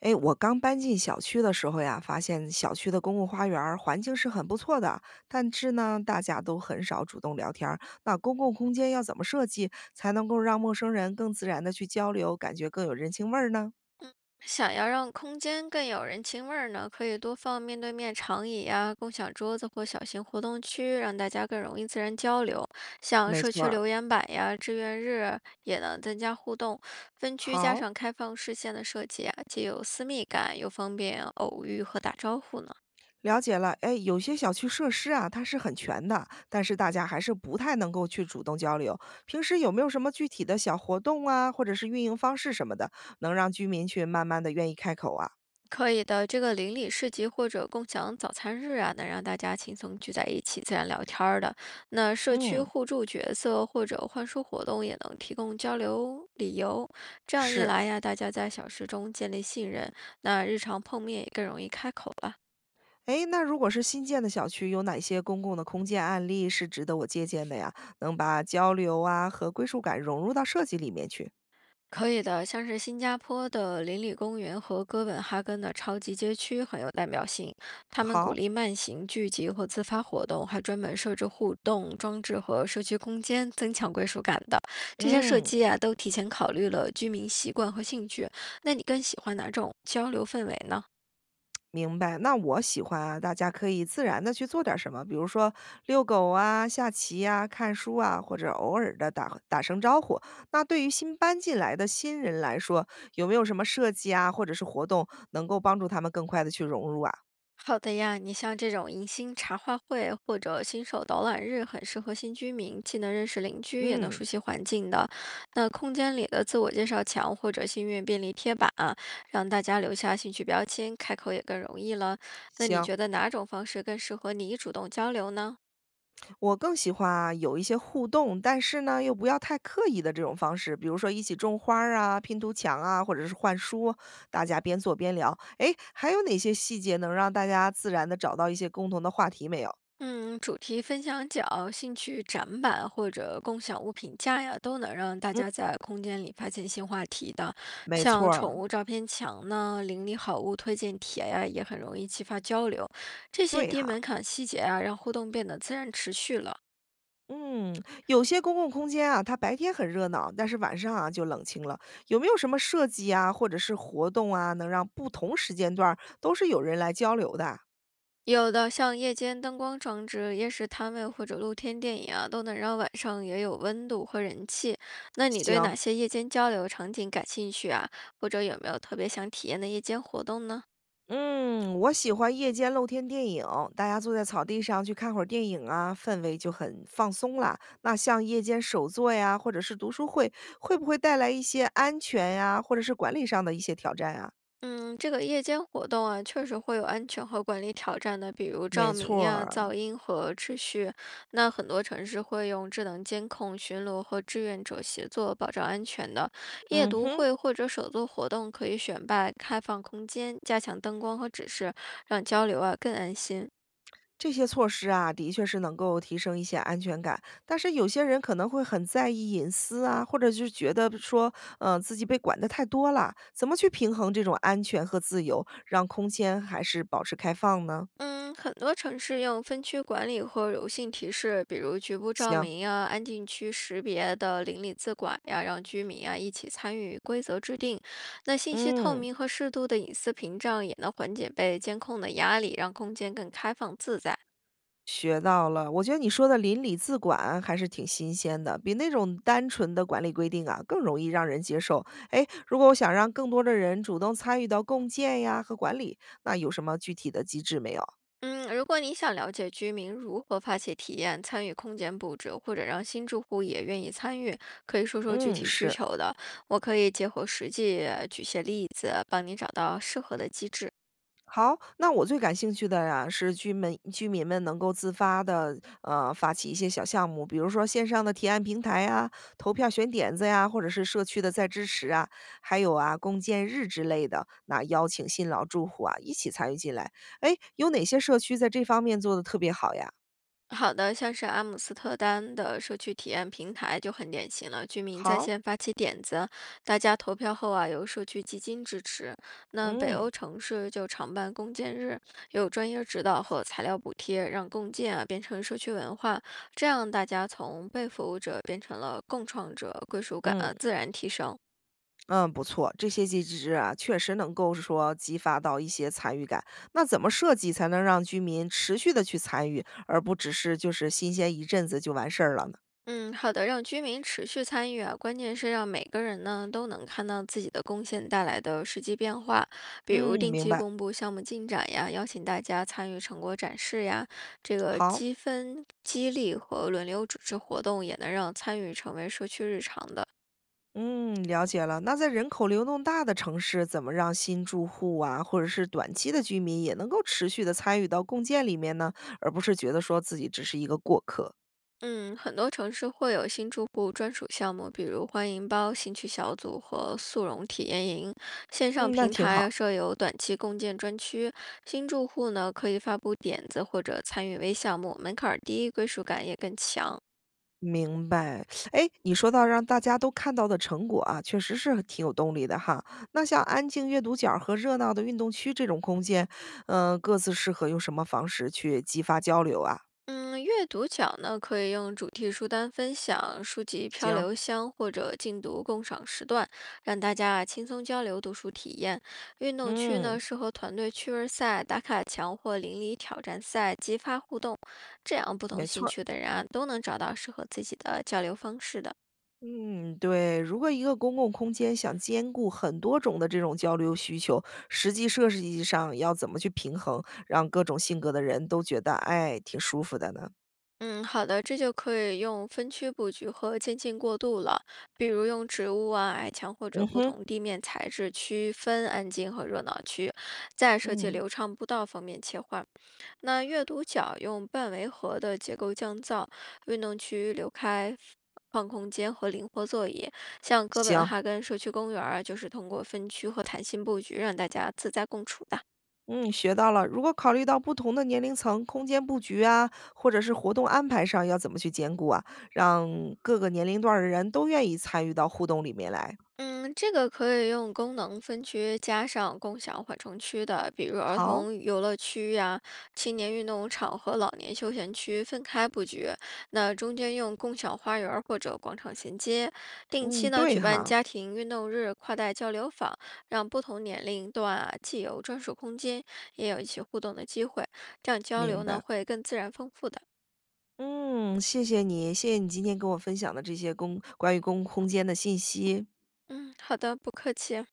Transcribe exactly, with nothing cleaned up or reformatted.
哎，我刚搬进小区的时候呀，发现小区的公共花园儿环境是很不错的，但是呢，大家都很少主动聊天儿。那公共空间要怎么设计，才能够让陌生人更自然的去交流，感觉更有人情味儿呢？想要让空间更有人情味儿呢，可以多放面对面长椅呀、共享桌子或小型活动区，让大家更容易自然交流。像没社错区儿，留言板呀、志愿日也能增加互动。分区加好，上开放视线的设计啊，既有私密感，又方便偶遇和打招呼呢。了解了。哎，有些小区设施啊，它是很全的，但是大家还是不太能够去主动交流。平时有没有什么具体的小活动啊，或者是运营方式什么的，能让居民去慢慢的愿意开口啊？可以的，这个邻里市集或者共享早餐日啊，能让大家轻松聚在一起，自然聊天儿的。那社区嗯，互助角色或者换书活动也能提供交流理由。这样一是。来呀，大家在小事中建立信任，那日常碰面也更容易开口了。诶，那如果是新建的小区，有哪些公共的空间案例是值得我借鉴的呀？能把交流啊和归属感融入到设计里面去。可以的，像是新加坡的邻里公园和哥本哈根的超级街区很有代表性。他们鼓好，励慢行、聚集或自发活动，还专门设置互动装置和社区空间，增强归属感的。这些设嗯，计啊，都提前考虑了居民习惯和兴趣。那你更喜欢哪种交流氛围呢？明白。那我喜欢啊，大家可以自然的去做点什么，比如说遛狗啊、下棋呀、看书啊，或者偶尔的打打声招呼。那对于新搬进来的新人来说，有没有什么设计啊，或者是活动能够帮助他们更快的去融入啊？好的呀，你像这种迎新茶话会或者新手导览日，很适合新居民，既能认识邻居，也能嗯，熟悉环境的。那空间里的自我介绍墙或者心愿便利贴板啊，让大家留下兴趣标签，开口也更容易了。那你行。觉得哪种方式更适合你主动交流呢？我更喜欢有一些互动，但是呢，又不要太刻意的这种方式，比如说一起种花儿啊、拼图墙啊，或者是换书，大家边做边聊。诶，还有哪些细节能让大家自然的找到一些共同的话题没有？嗯，主题分享角、兴趣展板或者共享物品架呀，都能让大嗯，家在空间里发现新话题的。没错像宠儿，物照片墙呢、邻里好物推荐帖呀，也很容易激发交流。这些对低哈。门槛细节啊，让互动变得自然持续了。嗯，有些公共空间啊，它白天很热闹，但是晚上啊就冷清了。有没有什么设计啊，或者是活动啊，能让不同时间段儿都是有人来交流的啊有的像夜间灯光装置、夜市摊位或者露天电影啊，都能让晚上也有温度和人气。那你对行，哪些夜间交流场景感兴趣啊？或者有没有特别想体验的夜间活动呢？嗯，我喜欢夜间露天电影，大家坐在草地上去看会儿电影啊，氛围就很放松啦。那像夜间手作呀，或者是读书会，会不会带来一些安全呀，或者是管理上的一些挑战啊？嗯，这个夜间活动啊，确实会有安全和管理挑战的，比如没照明错呀、儿，噪音和秩序。那很多城市会用智能监控、巡逻和志愿者协作保障安全的。夜嗯读哼，会或者手作活动可以选办开放空间，加强灯光和指示，让交流啊更安心。这些措施啊，的确是能够提升一些安全感，但是有些人可能会很在意隐私啊，或者是觉得说，嗯，自己被管得太多了，怎么去平衡这种安全和自由，让空间还是保持开放呢？嗯，很多城市用分区管理和柔性提示，比如局部照行，明呀、安静区识别的邻里自管呀，让居民啊一起参与规则制定。那信息透嗯，明和适度的隐私屏障也能缓解被监控的压力，让空间更开放自在。学到了。我觉得你说的邻里自管还是挺新鲜的，比那种单纯的管理规定啊更容易让人接受。哎，如果我想让更多的人主动参与到共建呀和管理，那有什么具体的机制没有？嗯，如果你想了解居民如何发起体验、参与空间布置，或者让新住户也愿意参与，可以说说具嗯，体需是。求的，我可以结合实际呃举些例子，帮你找到适合的机制。好，那我最感兴趣的呀，是居民居民们能够自发的，呃，发起一些小项目，比如说线上的提案平台呀、投票选点子呀，或者是社区的再支持啊，还有啊，共建日之类的，那邀请新老住户啊一起参与进来。哎，有哪些社区在这方面做的特别好呀？好的，像是阿姆斯特丹的社区体验平台就很典型了，居民在好，线发起点子，大家投票后啊，由社区基金支持。那北嗯欧城市就常办共建日，有专业指导和材料补贴，让共建啊变成社区文化，这样大家从被服务者变成了共创者，归属感啊嗯。自然提升。嗯，不错，这些机制啊，确实能够是说激发到一些参与感。那怎么设计才能让居民持续的去参与，而不只是就是新鲜一阵子就完事儿了呢？嗯，好的，让居民持续参与啊，关键是让每个人呢都能看到自己的贡献带来的实际变化，比如嗯，定明期白。公布项目进展呀，邀请大家参与成果展示呀，这个好，积分激励和轮流组织活动也能让参与成为社区日常的。嗯，了解了。那在人口流动大的城市，怎么让新住户啊，或者是短期的居民也能够持续的参与到共建里面呢？而不是觉得说自己只是一个过客。嗯，很多城市会有新住户专属项目，比如欢迎包、兴趣小组和速溶体验营。线上嗯，那平挺台好。啊设有短期共建专区，新住户呢可以发布点子或者参与微项目，门槛儿低，归属感也更强。明白，哎，你说到让大家都看到的成果啊，确实是挺有动力的哈。那像安静阅读角儿和热闹的运动区这种空间，嗯、各自适合用什么方式去激发交流啊？嗯，阅读角呢，可以用主题书单分享、书籍漂行，流箱或者禁读共赏时段，让大家啊轻松交流读书体验。运动区嗯，呢，适合团队趣味赛、打卡墙或邻里挑战赛，激发互动，这样不同没错兴儿趣的人啊都能找到适合自己的交流方式的。嗯，对。如果一个公共空间想兼顾很多种的这种交流需求，实际设计上要怎么去平衡，让各种性格的人都觉得哎挺舒服的呢？嗯，好的，这就可以用分区布局和渐进过渡了，比如用植物啊、矮墙或者嗯不哼，同地面材质区分安静和热闹区，在设计嗯，流畅步道方面切换。那阅读角用半围合的结构降噪，运动区留开放空间和灵活座椅。像哥本行。哈根社区公园儿啊，就是通过分区和弹性布局让大家自在共处的。嗯，学到了。如果考虑到不同的年龄层、空间布局啊，或者是活动安排上，要怎么去兼顾啊，让各个年龄段儿的人都愿意参与到互动里面来？嗯，这个可以用功能分区加上共享缓冲区的，比如儿好，童游乐区呀、青年运动场和老年休闲区分开布局。那中间用共享花园儿或者广场衔接。定嗯，期呢对举办哈，家庭运动日、跨代交流坊，让不同年龄段啊既有专属空间，也有一起互动的机会。这样交明流呢白。会更自然丰富的。嗯，谢谢你，谢谢你今天跟我分享的这些公关于公共空间的信息。嗯，好的，不客气。